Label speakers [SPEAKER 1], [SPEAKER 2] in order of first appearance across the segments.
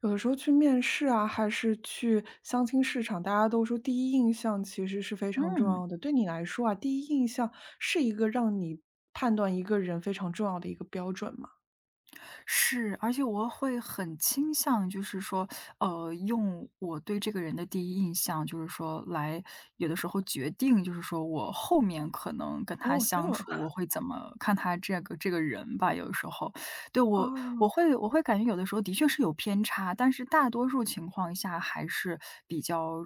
[SPEAKER 1] 有的时候去面试啊，还是去相亲市场，大家都说第一印象其实是非常重
[SPEAKER 2] 嗯，
[SPEAKER 1] 要的。对你来说啊，第一印象是一个让你判断一个人非常重要的一个标准吗？
[SPEAKER 2] 是，而且我会很倾向就是说，用我对这个人的第一印象，就是说来有的时候决定，就是说我后面可能跟他
[SPEAKER 1] 哦，真
[SPEAKER 2] 相
[SPEAKER 1] 的吗？
[SPEAKER 2] 处，我 会怎么看他这个人吧，有的时候。对，我我
[SPEAKER 1] 哦，
[SPEAKER 2] 会我会感觉有的时候的确是有偏差，但是大多数情况下还是比较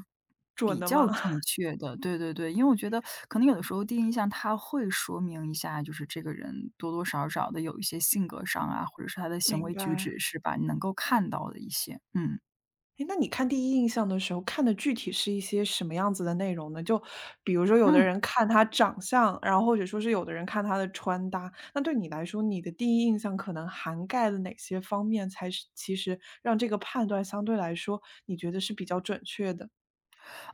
[SPEAKER 1] 准
[SPEAKER 2] 比
[SPEAKER 1] 的
[SPEAKER 2] 较
[SPEAKER 1] 吗？
[SPEAKER 2] 正 确的。对对对，因为我觉得可能有的时候第一印象它会说明一下，就是这个人多多少少的有一些性格上啊，或者是他的行
[SPEAKER 1] 明
[SPEAKER 2] 为举
[SPEAKER 1] 白。
[SPEAKER 2] 止是吧，你能够看到的一些，嗯
[SPEAKER 1] 诶，那你看第一印象的时候，看的具体是一些什么样子的内容呢？就比如说有的
[SPEAKER 2] 嗯。
[SPEAKER 1] 人看他长相，然后或者说是有的人看他的穿搭，那对你来说，你的第一印象可能涵盖了哪些方面，才是其实让这个判断相对来说，你觉得是比较准确的？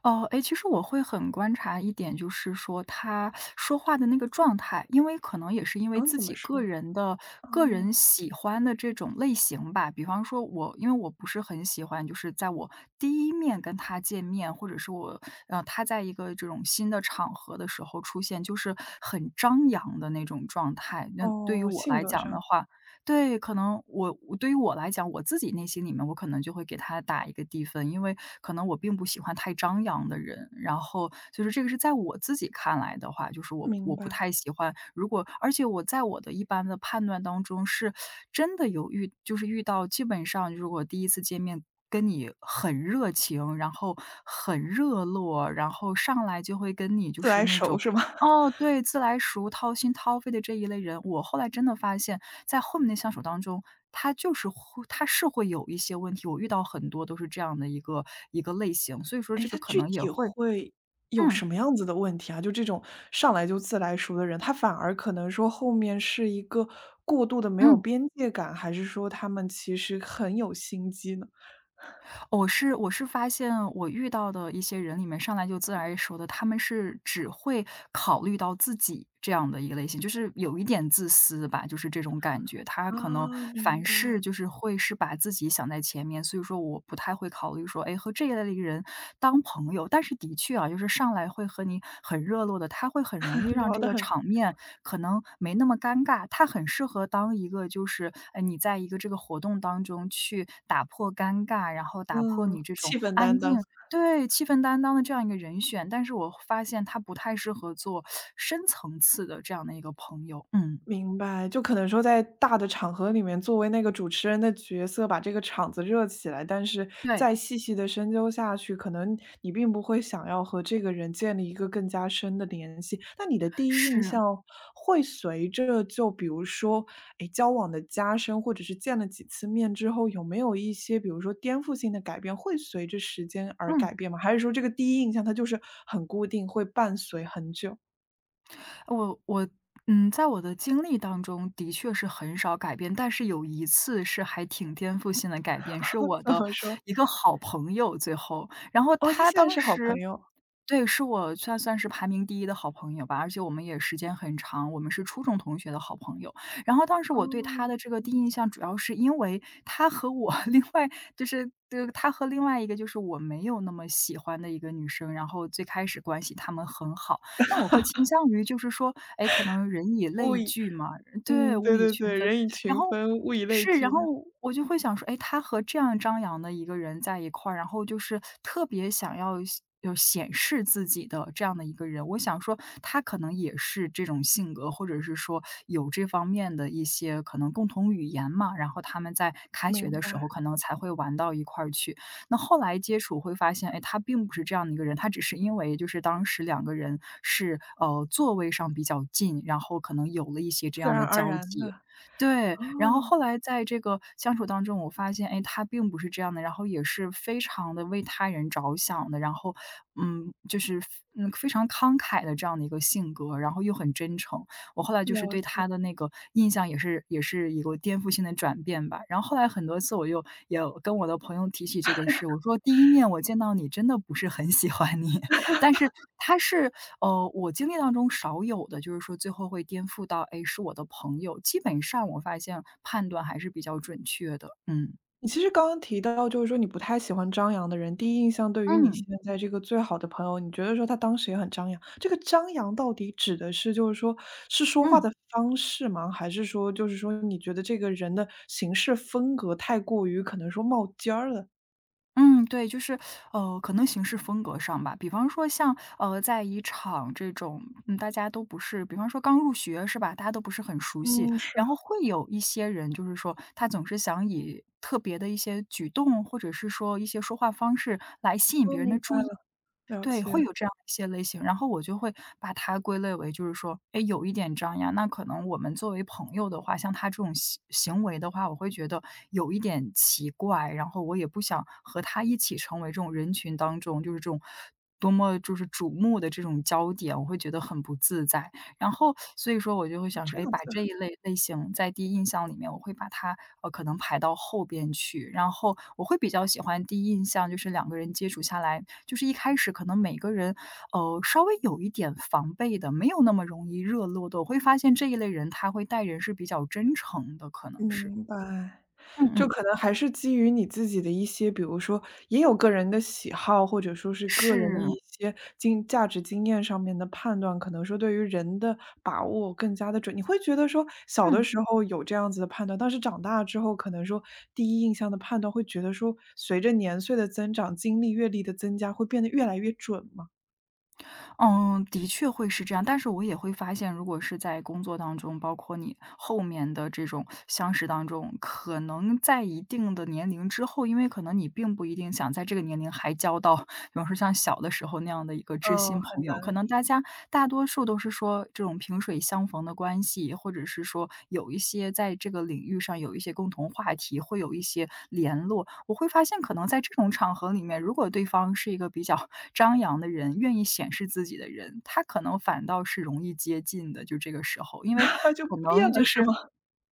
[SPEAKER 2] 哦，哎，其实我会很观察一点，就是说他说话的那个状态，因为可能也是因为
[SPEAKER 1] 嗯，
[SPEAKER 2] 自
[SPEAKER 1] 怎
[SPEAKER 2] 己
[SPEAKER 1] 么
[SPEAKER 2] 个
[SPEAKER 1] 说？
[SPEAKER 2] 人的
[SPEAKER 1] 哦，
[SPEAKER 2] 个人喜欢的这种类型吧。比方说我因为我不是很喜欢，就是在我第一面跟他见面，或者是我他在一个这种新的场合的时候出现，就是很张扬的那种状态。那对于
[SPEAKER 1] 哦，
[SPEAKER 2] 我
[SPEAKER 1] 性
[SPEAKER 2] 来
[SPEAKER 1] 格
[SPEAKER 2] 讲的
[SPEAKER 1] 上，
[SPEAKER 2] 话，对，可能我对于我来讲，我自己内心里面，我可能就会给他打一个低分，因为可能我并不喜欢太张扬的人。然后就是这个是在我自己看来的话，就是我
[SPEAKER 1] 明
[SPEAKER 2] 我
[SPEAKER 1] 白，
[SPEAKER 2] 不太喜欢。如果而且我在我的一般的判断当中，是真的有遇，就是遇到基本上如果第一次见面。跟你很热情，然后很热络，然后上来就会跟你就
[SPEAKER 1] 自
[SPEAKER 2] 是
[SPEAKER 1] 来
[SPEAKER 2] 那
[SPEAKER 1] 熟
[SPEAKER 2] 种
[SPEAKER 1] 是吗？
[SPEAKER 2] 哦，对，自来熟、掏心掏肺的这一类人，我后来真的发现，在后面的相处当中，他是会有一些问题，我遇到很多都是这样的一个类型，所以说
[SPEAKER 1] 哎，
[SPEAKER 2] 这个
[SPEAKER 1] 他
[SPEAKER 2] 可
[SPEAKER 1] 具
[SPEAKER 2] 能也
[SPEAKER 1] 体
[SPEAKER 2] 会
[SPEAKER 1] 会有
[SPEAKER 2] 嗯，
[SPEAKER 1] 什么样子的问题啊？就这种上来就自来熟的人，他反而可能说后面是一个过度的没有
[SPEAKER 2] 嗯。
[SPEAKER 1] 边界感，还是说他们其实很有心机呢？
[SPEAKER 2] 我是发现我遇到的一些人里面，上来就自来熟的，他们是只会考虑到自己这样的一个类型，就是有一点自私吧，就是这种感觉。他可能
[SPEAKER 1] 啊，明
[SPEAKER 2] 凡事
[SPEAKER 1] 白，
[SPEAKER 2] 就是会是把自己想在前面，所以说我不太会考虑说，哎，和这一类的人当朋友。但是的确啊，就是上来会和你很热络的，他会很容易 让
[SPEAKER 1] 聊
[SPEAKER 2] 这
[SPEAKER 1] 得
[SPEAKER 2] 个
[SPEAKER 1] 很
[SPEAKER 2] 场面可能没那么尴尬，他很适合当一个就是，你在一个这个活动当中去打破尴尬，然后打破
[SPEAKER 1] 嗯，
[SPEAKER 2] 你这种
[SPEAKER 1] 气氛
[SPEAKER 2] 安
[SPEAKER 1] 担当。
[SPEAKER 2] 静对，气氛担当的这样一个人选，但是我发现他不太适合做深层次的这样的一个朋友。嗯，
[SPEAKER 1] 明白，就可能说在大的场合里面，作为那个主持人的角色，把这个场子热起来，但是
[SPEAKER 2] 对，
[SPEAKER 1] 再细细的深究下去，可能你并不会想要和这个人建立一个更加深的联系。那你的第一印
[SPEAKER 2] 是，
[SPEAKER 1] 象会随着就比如说，哎，交往的加深，或者是见了几次面之后，有没有一些比如说颠覆性的改变，会随着时间而
[SPEAKER 2] 嗯。
[SPEAKER 1] 改变吗？还是说这个第一印象它就是很固定，会伴随很久？
[SPEAKER 2] 我在我的经历当中的确是很少改变，但是有一次是还挺颠覆性的改变，是 我
[SPEAKER 1] 怎
[SPEAKER 2] 的
[SPEAKER 1] 么说？
[SPEAKER 2] 一个好朋友最后，然后
[SPEAKER 1] 哦，他
[SPEAKER 2] 他
[SPEAKER 1] 现
[SPEAKER 2] 当
[SPEAKER 1] 在是好朋
[SPEAKER 2] 时
[SPEAKER 1] 友。
[SPEAKER 2] 对，是我算是排名第一的好朋友吧，而且我们也时间很长，我们是初中同学的好朋友。然后当时
[SPEAKER 1] 哦，
[SPEAKER 2] 我对他
[SPEAKER 1] 嗯，
[SPEAKER 2] 的这个第一印象，主要是因为他和我 另外就是对他和另外一个就是我没有那么喜欢的一个女生，然后最开始关系他们很好。那我会倾向于就是说，哎，可能人以
[SPEAKER 1] 物
[SPEAKER 2] 类
[SPEAKER 1] 以
[SPEAKER 2] 聚嘛，对，
[SPEAKER 1] 嗯，
[SPEAKER 2] 物
[SPEAKER 1] 对
[SPEAKER 2] 以
[SPEAKER 1] 对
[SPEAKER 2] 群
[SPEAKER 1] 对，
[SPEAKER 2] 分。
[SPEAKER 1] 人以
[SPEAKER 2] 然
[SPEAKER 1] 群
[SPEAKER 2] 后
[SPEAKER 1] 分，物以类
[SPEAKER 2] 是，
[SPEAKER 1] 聚
[SPEAKER 2] 然后
[SPEAKER 1] 的，
[SPEAKER 2] 我就会想说，哎，他和这样张扬的一个人在一块儿，然后就是特别想要显示自己的这样的一个人，我想说他可能也是这种性格，或者是说有这方面的一些可能共同语言嘛，然后他们在开学
[SPEAKER 1] 明
[SPEAKER 2] 的
[SPEAKER 1] 白，
[SPEAKER 2] 时候可能才会玩到一块儿去。那后来接触会发现，哎，他并不是这样的一个人，他只是因为就是当时两个人是座位上比较近，然后可能有了一些这
[SPEAKER 1] 自
[SPEAKER 2] 样
[SPEAKER 1] 然
[SPEAKER 2] 的
[SPEAKER 1] 而
[SPEAKER 2] 交
[SPEAKER 1] 然的。
[SPEAKER 2] 集。对，然后
[SPEAKER 1] 哦，
[SPEAKER 2] 后来在这个相处当中，我发现，哎，他并不是这样的，然后也是非常的为他人着想的，然后，就是非常慷慨的这样的一个性格，然后又很真诚，我后来就是
[SPEAKER 1] 了
[SPEAKER 2] 对他
[SPEAKER 1] 解。
[SPEAKER 2] 的那个印象也是一个颠覆性的转变吧。然后后来很多次我也跟我的朋友提起这个事，我说第一面我见到你真的不是很喜欢你，但是他是我经历当中少有的，就是说最后会颠覆到，哎，是我的朋友。基本上我发现判断还是比较准确的，嗯。
[SPEAKER 1] 你其实刚刚提到，就是说你不太喜欢张扬的人，第一印象对于你现
[SPEAKER 2] 嗯
[SPEAKER 1] 在这个最好的朋友，你觉得说他当时也很张扬，这个张扬到底指的是就是说是说话
[SPEAKER 2] 嗯。
[SPEAKER 1] 的方式吗？还是说就是说你觉得这个人的行事风格太过于可能说冒尖儿了？
[SPEAKER 2] 嗯，对，就是，可能行事风格上吧，比方说像，在一场这种，嗯，大家都不是，比方说刚入学是吧，大家都不是很熟悉，
[SPEAKER 1] 嗯，是，
[SPEAKER 2] 然后会有一些人，就是说他总是想以特别的一些举动，或者是说一些说话方式来吸引
[SPEAKER 1] 我
[SPEAKER 2] 别人
[SPEAKER 1] 明
[SPEAKER 2] 的
[SPEAKER 1] 白
[SPEAKER 2] 注意。
[SPEAKER 1] 了，了
[SPEAKER 2] 对，
[SPEAKER 1] 解，
[SPEAKER 2] 会有这样的一些类型，然后我就会把它归类为就是说，哎，有一点张扬，那可能我们作为朋友的话，像他这种行为的话，我会觉得有一点奇怪，然后我也不想和他一起成为这种人群当中，就是这种多么就是瞩目的这种焦点，我会觉得很不自在。然后所以说我就会想说，
[SPEAKER 1] 这
[SPEAKER 2] 哎，
[SPEAKER 1] 样
[SPEAKER 2] 把
[SPEAKER 1] 子，
[SPEAKER 2] 这一类型在第一印象里面，我会把它，可能排到后边去，然后我会比较喜欢第一印象，就是两个人接触下来就是一开始可能每个人，稍微有一点防备的，没有那么容易热络的，我会发现这一类人他会待人是比较真诚的，可能是。
[SPEAKER 1] 明白。
[SPEAKER 2] 嗯
[SPEAKER 1] 就
[SPEAKER 2] 嗯，
[SPEAKER 1] 可能还是基于你自己的一些，比如说也有个人的喜好，或者说是个人的
[SPEAKER 2] 是，
[SPEAKER 1] 一些经价值经验上面的判断，可能说对于人的把握更加的准。你会觉得说小的
[SPEAKER 2] 嗯，
[SPEAKER 1] 时候有这样子的判断，但是长大之后，可能说第一印象的判断会觉得说，随着年岁的增长，经历阅历的增加，会变得越来越准吗？
[SPEAKER 2] 嗯，的确会是这样。但是我也会发现，如果是在工作当中，包括你后面的这种相识当中，可能在一定的年龄之后，因为可能你并不一定想在这个年龄还交到比方说像小的时候那样的一个知心
[SPEAKER 1] 嗯，
[SPEAKER 2] 朋
[SPEAKER 1] 很难，
[SPEAKER 2] 友，可能大多数都是说这种萍水相逢的关系，或者是说有一些在这个领域上有一些共同话题，会有一些联络。我会发现，可能在这种场合里面，如果对方是一个比较 张扬的人，愿意显示自己的人，他可能反倒是容易接近的。就这个时候，因为
[SPEAKER 1] 就
[SPEAKER 2] 可
[SPEAKER 1] 变
[SPEAKER 2] 能就
[SPEAKER 1] 了是
[SPEAKER 2] 是
[SPEAKER 1] 吗？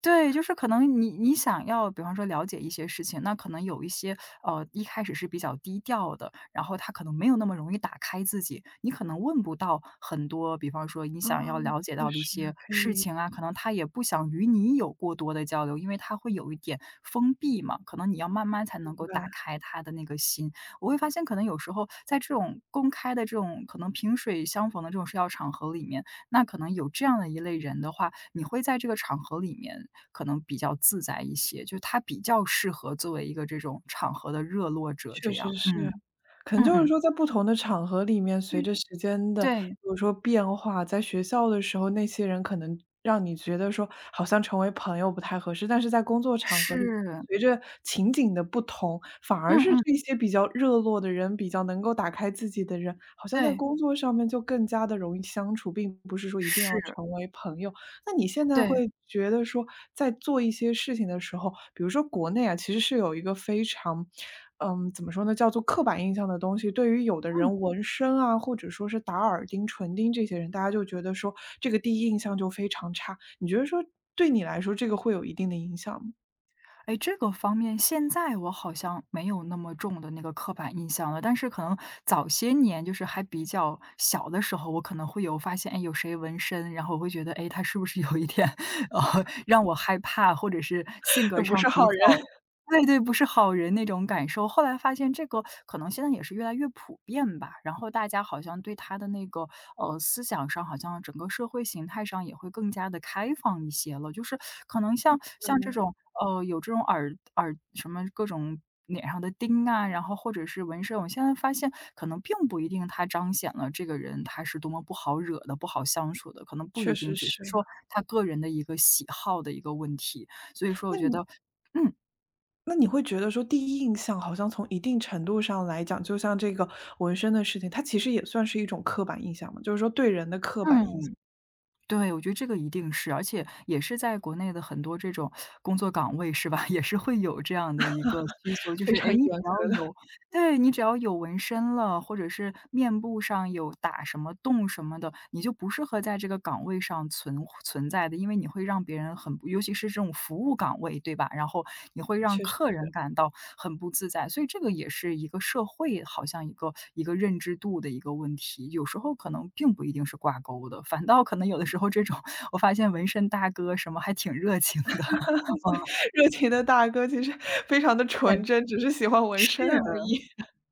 [SPEAKER 2] 对，就是可能你想要，比方说了解一些事情，那可能有一些一开始是比较低调的，然后他可能没有那么容易打开自己，你可能问不到很多，比方说你
[SPEAKER 1] 啊，
[SPEAKER 2] 想要了解
[SPEAKER 1] 确
[SPEAKER 2] 到的一
[SPEAKER 1] 实
[SPEAKER 2] 些
[SPEAKER 1] 可以
[SPEAKER 2] 事
[SPEAKER 1] 明
[SPEAKER 2] 情啊，可能他也不想与你有过多的交流，因为他会有一点封闭嘛，可能你要慢慢才能够打
[SPEAKER 1] 白，
[SPEAKER 2] 开他的那个心。我会发现，可能有时候在这种公开的这种可能萍水相逢的这种社交场合里面，那可能有这样的一类人的话，你会在这个场合里面可能比较自在一些，就他比较适合作为一个这种场合的热络者
[SPEAKER 1] 确
[SPEAKER 2] 这
[SPEAKER 1] 实
[SPEAKER 2] 样。
[SPEAKER 1] 是。
[SPEAKER 2] 嗯，
[SPEAKER 1] 可能
[SPEAKER 2] 嗯
[SPEAKER 1] 就是
[SPEAKER 2] 嗯，
[SPEAKER 1] 说在不同的场合里面，
[SPEAKER 2] 就
[SPEAKER 1] 随着时间的比
[SPEAKER 2] 对，
[SPEAKER 1] 如说变化，在学校的时候，那些人可能让你觉得说好像成为朋友不太合适，但是在工作场合里，
[SPEAKER 2] 是，
[SPEAKER 1] 随着情景的不同，反而
[SPEAKER 2] 嗯
[SPEAKER 1] 是
[SPEAKER 2] 嗯，
[SPEAKER 1] 这些比较热络的人，比较能够打开自己的人，好像在
[SPEAKER 2] 对，
[SPEAKER 1] 工作上面就更加的容易相处，并不是说一定要
[SPEAKER 2] 是，
[SPEAKER 1] 成为朋友。那你现在
[SPEAKER 2] 对，
[SPEAKER 1] 会觉得说，在做一些事情的时候，比如说国内啊，其实是有一个非常，怎么说呢，叫做刻板印象的东西。对于有的
[SPEAKER 2] 嗯。
[SPEAKER 1] 人纹身啊，或者说是打耳钉、唇钉这些人，大家就觉得说这个第一印象就非常差。你觉得说对你来说，这个会有一定的影响吗？
[SPEAKER 2] 哎，这个方面现在我好像没有那么重的那个刻板印象了，但是可能早些年就是还比较小的时候，我可能会有发现，哎，有谁纹身，然后我会觉得，哎，他是不是有一点，让我害怕，或者是性格
[SPEAKER 1] 不
[SPEAKER 2] 上
[SPEAKER 1] 是
[SPEAKER 2] 比
[SPEAKER 1] 好
[SPEAKER 2] 较
[SPEAKER 1] 人，
[SPEAKER 2] 对，不是好人那种感受。后来发现这个可能现在也是越来越普遍吧，然后大家好像对他的那个，思想上，好像整个社会形态上也会更加的开放一些了。就是可能像这种，有这种耳什么各种脸上的钉啊，然后或者是纹身，我现在发现可能并不一定它彰显了这个人他是多么不好惹的、不好相处的，可能 不
[SPEAKER 1] 确
[SPEAKER 2] 一定，
[SPEAKER 1] 实
[SPEAKER 2] 只是
[SPEAKER 1] 是。
[SPEAKER 2] 说他个人的一个喜好的一个问题。所以说我
[SPEAKER 1] 那
[SPEAKER 2] 觉得
[SPEAKER 1] 你
[SPEAKER 2] 嗯，
[SPEAKER 1] 那你会觉得说，第一印象好像从一定程度上来讲，就像这个纹身的事情，它其实也算是一种刻板印象嘛，就是说对人的刻板印
[SPEAKER 2] 嗯。
[SPEAKER 1] 象。
[SPEAKER 2] 对，我觉得这个一定是，而且也是在国内的很多这种工作岗位是吧，也是会有这样的一个需求，就
[SPEAKER 1] 非
[SPEAKER 2] 是哎，
[SPEAKER 1] 常
[SPEAKER 2] 诶，
[SPEAKER 1] 严
[SPEAKER 2] 你只要
[SPEAKER 1] 格的，
[SPEAKER 2] 有对，你只要有纹身了，或者是面部上有打什么洞什么的，你就不适合在这个岗位上存在的，因为你会让别人很不尤其是这种服务岗位，对吧？然后你会让
[SPEAKER 1] 确实
[SPEAKER 2] 客人
[SPEAKER 1] 是。
[SPEAKER 2] 感到很不自在，所以这个也是一个社会好像一个认知度的一个问题，有时候可能并不一定是挂钩的，反倒可能有的时候这种我发现纹身大哥什么还挺热情的，嗯，
[SPEAKER 1] 热情的大哥其实非常的
[SPEAKER 2] 对，
[SPEAKER 1] 纯真，只是喜欢纹
[SPEAKER 2] 是。
[SPEAKER 1] 身而已。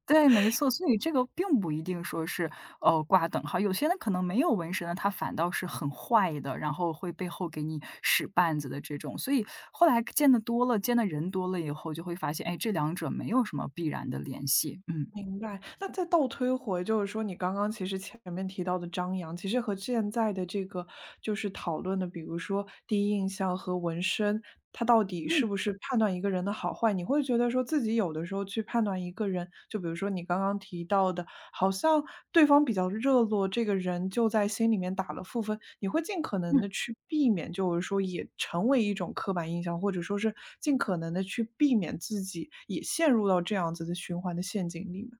[SPEAKER 2] 对，没错，所以这个并不一定说是，挂等号。有些人可能没有纹身的，他反倒是很坏的，然后会背后给你使绊子的这种。所以后来见的多了，见的人多了以后，就会发现，哎，这两者没有什么必然的联系。嗯。
[SPEAKER 1] 明白，那再倒推回，就是说你刚刚其实前面提到的张扬，其实和现在的这个就是讨论的，比如说第一印象和纹身，它到底
[SPEAKER 2] 嗯
[SPEAKER 1] 是不是判断一个人的好坏，你会觉得说自己有的时候去判断一个人，就比如说你刚刚提到的好像对方比较热络，这个人就在心里面打了负分。你会尽可能
[SPEAKER 2] 嗯。
[SPEAKER 1] 的去避免，就是说也成为一种刻板印象，或者说是尽可能的去避免自己也陷入到这样子的循环的陷阱里面。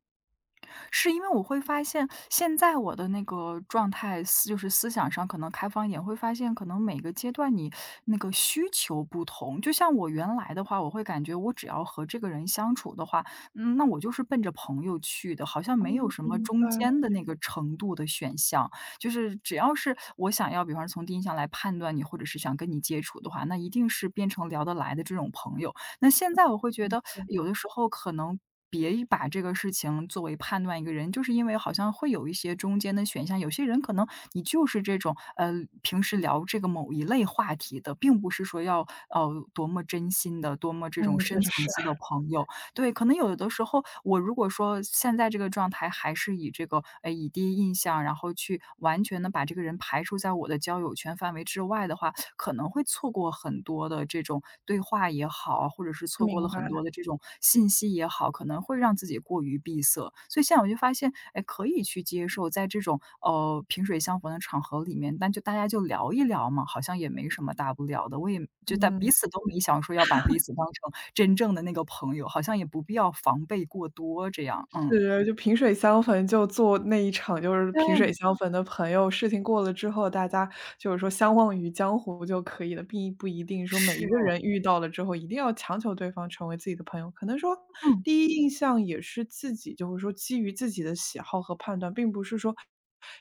[SPEAKER 2] 是因为我会发现，现在我的那个状态就是思想上可能开放一点，会发现可能每个阶段你那个需求不同。就像我原来的话，我会感觉我只要和这个人相处的话，嗯，那我就是奔着朋友去的，好像
[SPEAKER 1] 哦，
[SPEAKER 2] 没有什么
[SPEAKER 1] 明白，
[SPEAKER 2] 中间的那个程度的选项。就是只要是我想要，比方说从第一印象来判断你，或者是想跟你接触的话，那一定是变成聊得来的这种朋友。那现在我会觉
[SPEAKER 1] 嗯
[SPEAKER 2] 得，有的时候可能别把这个事情作为判断一个人，就是因为好像会有一些中间的选项，有些人可能你就是这种，平时聊这个某一类话题的，并不是说要，呃，多么真心的、多么这种
[SPEAKER 1] 嗯，
[SPEAKER 2] 深
[SPEAKER 1] 确实
[SPEAKER 2] 层
[SPEAKER 1] 是，
[SPEAKER 2] 次的朋友。对，可能有的时候，我如果说现在这个状态还是以这个，以第一印象，然后去完全的把这个人排除在我的交友圈范围之外的话，可能会错过很多的这种对话也好啊，或者是错过了
[SPEAKER 1] 明白，
[SPEAKER 2] 很多的这种信息也好，可能会让自己过于闭塞。所以现在我就发现，哎，可以去接受在这种，萍水相逢的场合里面，但就大家就聊一聊嘛，好像也没什么大不了的。我也就但彼
[SPEAKER 1] 嗯。
[SPEAKER 2] 此都没想说要把彼此当成真正的那个朋友，好像也不必要防备过多这样，嗯。
[SPEAKER 1] 是，就萍水相逢，就做那一场就是萍
[SPEAKER 2] 对，
[SPEAKER 1] 水相逢的朋友。事情过了之后，大家就是说相忘于江湖就可以了，并不一定说每
[SPEAKER 2] 是，
[SPEAKER 1] 一个人遇到了之后一定要强求对方成为自己的朋友。可能说
[SPEAKER 2] 嗯，
[SPEAKER 1] 第一印象也是自己，就是说基于自己的喜好和判断，并不是说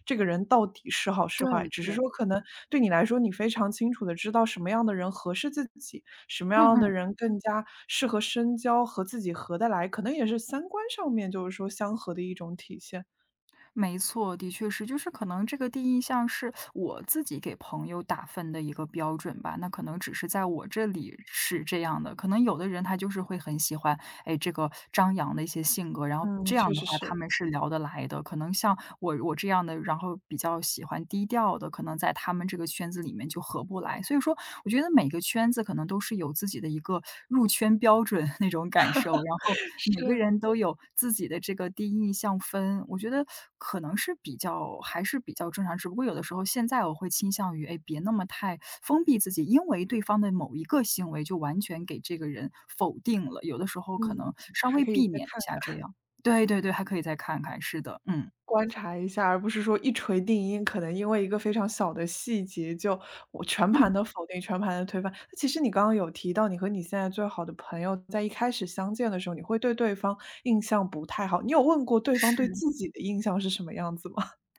[SPEAKER 1] 这个人到底是好
[SPEAKER 2] 对
[SPEAKER 1] 是坏，只
[SPEAKER 2] 对，
[SPEAKER 1] 是说可能对你来说，你非常清楚的知道什么样的人合适自己，什么
[SPEAKER 2] 嗯
[SPEAKER 1] 样的
[SPEAKER 2] 嗯。
[SPEAKER 1] 人更加适合深交，和自己合得来，可能也是三观上面就是说相合的一种体现。
[SPEAKER 2] 没错，的确是，就是可能这个第一印象是我自己给朋友打分的一个标准吧，那可能只是在我这里是这样的，可能有的人他就是会很喜欢，哎，这个张扬的一些性格，然后
[SPEAKER 1] 嗯，
[SPEAKER 2] 这样
[SPEAKER 1] 确
[SPEAKER 2] 的
[SPEAKER 1] 实
[SPEAKER 2] 话他
[SPEAKER 1] 是。
[SPEAKER 2] 们是聊得来的，可能像我这样的，然后比较喜欢低调的，可能在他们这个圈子里面就合不来，所以说我觉得每个圈子可能都是有自己的一个入圈标准 那种感受，然后 每个
[SPEAKER 1] 是，
[SPEAKER 2] 人都有自己的这个第一印象分，我觉得可能是比较还是比较正常。只不过有的时候现在我会倾向于，哎，别那么太封闭自己，因为对方的某一个行为就完全给这个人否定了，有的时候可能
[SPEAKER 1] 嗯，
[SPEAKER 2] 稍
[SPEAKER 1] 还
[SPEAKER 2] 微
[SPEAKER 1] 可以
[SPEAKER 2] 避
[SPEAKER 1] 再
[SPEAKER 2] 免一
[SPEAKER 1] 看
[SPEAKER 2] 下这样。对对对，还可以再看看，是的，嗯，
[SPEAKER 1] 观察一下，而不是说一锤定音，可能因为一个非常小的细节，就我全盘
[SPEAKER 2] 嗯，
[SPEAKER 1] 的否定、全盘的推翻。那其实你刚刚有提到，你和你现在最好的朋友在一开始相见的时候，你会对对方印象不太好，你有问过对方对
[SPEAKER 2] 是。
[SPEAKER 1] 自己的印象是什么样子吗？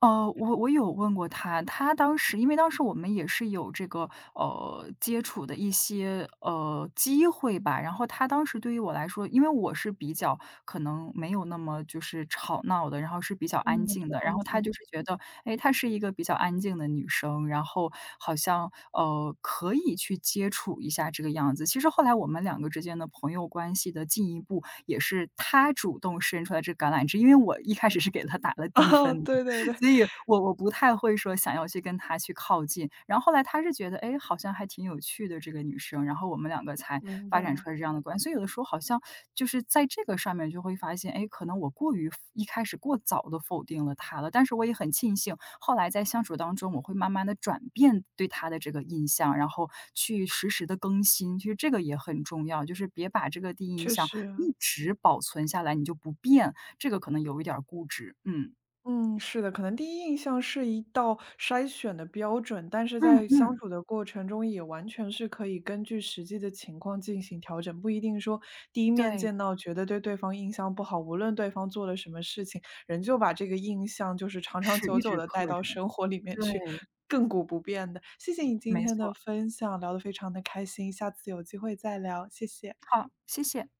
[SPEAKER 2] 我有问过他，他当时因为当时我们也是有这个，接触的一些，机会吧。然后他当时对于我来说，因为我是比较可能没有那么就是吵闹的，然后是比较安
[SPEAKER 1] 嗯，比
[SPEAKER 2] 静
[SPEAKER 1] 较
[SPEAKER 2] 的。然
[SPEAKER 1] 安
[SPEAKER 2] 后他
[SPEAKER 1] 静
[SPEAKER 2] 就是觉得，哎，她是一个比较安静的女生，然后好像，可以去接触一下这个样子。其实后来我们两个之间的朋友关系的进一步，也是他主动伸出来这橄榄枝，因为我一开始是给他打了 低
[SPEAKER 1] 啊，
[SPEAKER 2] 分的，
[SPEAKER 1] 对对对，
[SPEAKER 2] 所以我不太会说想要去跟她去靠近。然后后来她是觉得，哎，好像还挺有趣的这个女生，然后我们两个才
[SPEAKER 1] 明
[SPEAKER 2] 发展出来
[SPEAKER 1] 白，
[SPEAKER 2] 这样的关系。所以有的时候好像就是在这个上面就会发现，哎，可能我过于一开始过早的否定了她了，但是我也很庆幸，后来在相处当中，我会慢慢的转变对她的这个印象，然后去实时的更新，其实这个也很重要，就是别把这个第一印
[SPEAKER 1] 确
[SPEAKER 2] 象
[SPEAKER 1] 实。
[SPEAKER 2] 一直保存下来，你就不变，这个可能有一点儿固执，嗯。
[SPEAKER 1] 嗯，是的，可能第一印象是一道筛选的标准，但是
[SPEAKER 2] 嗯
[SPEAKER 1] 在相
[SPEAKER 2] 嗯。
[SPEAKER 1] 处的过程中，也完全是可以根据实际的情况进行调整，不一定说第一面
[SPEAKER 2] 对，
[SPEAKER 1] 见到觉得对对方印象不好，无论对方做了什么事情，仍旧把这个印象就是长长
[SPEAKER 2] 是，
[SPEAKER 1] 久
[SPEAKER 2] 一
[SPEAKER 1] 久
[SPEAKER 2] 直
[SPEAKER 1] 的
[SPEAKER 2] 刻
[SPEAKER 1] 带到
[SPEAKER 2] 着，
[SPEAKER 1] 生活里
[SPEAKER 2] 对，
[SPEAKER 1] 面去，亘古不变的。谢谢你今
[SPEAKER 2] 没
[SPEAKER 1] 天的
[SPEAKER 2] 错。
[SPEAKER 1] 分享，聊得非常的开心，下次有机会再聊，谢谢。
[SPEAKER 2] 好，谢谢。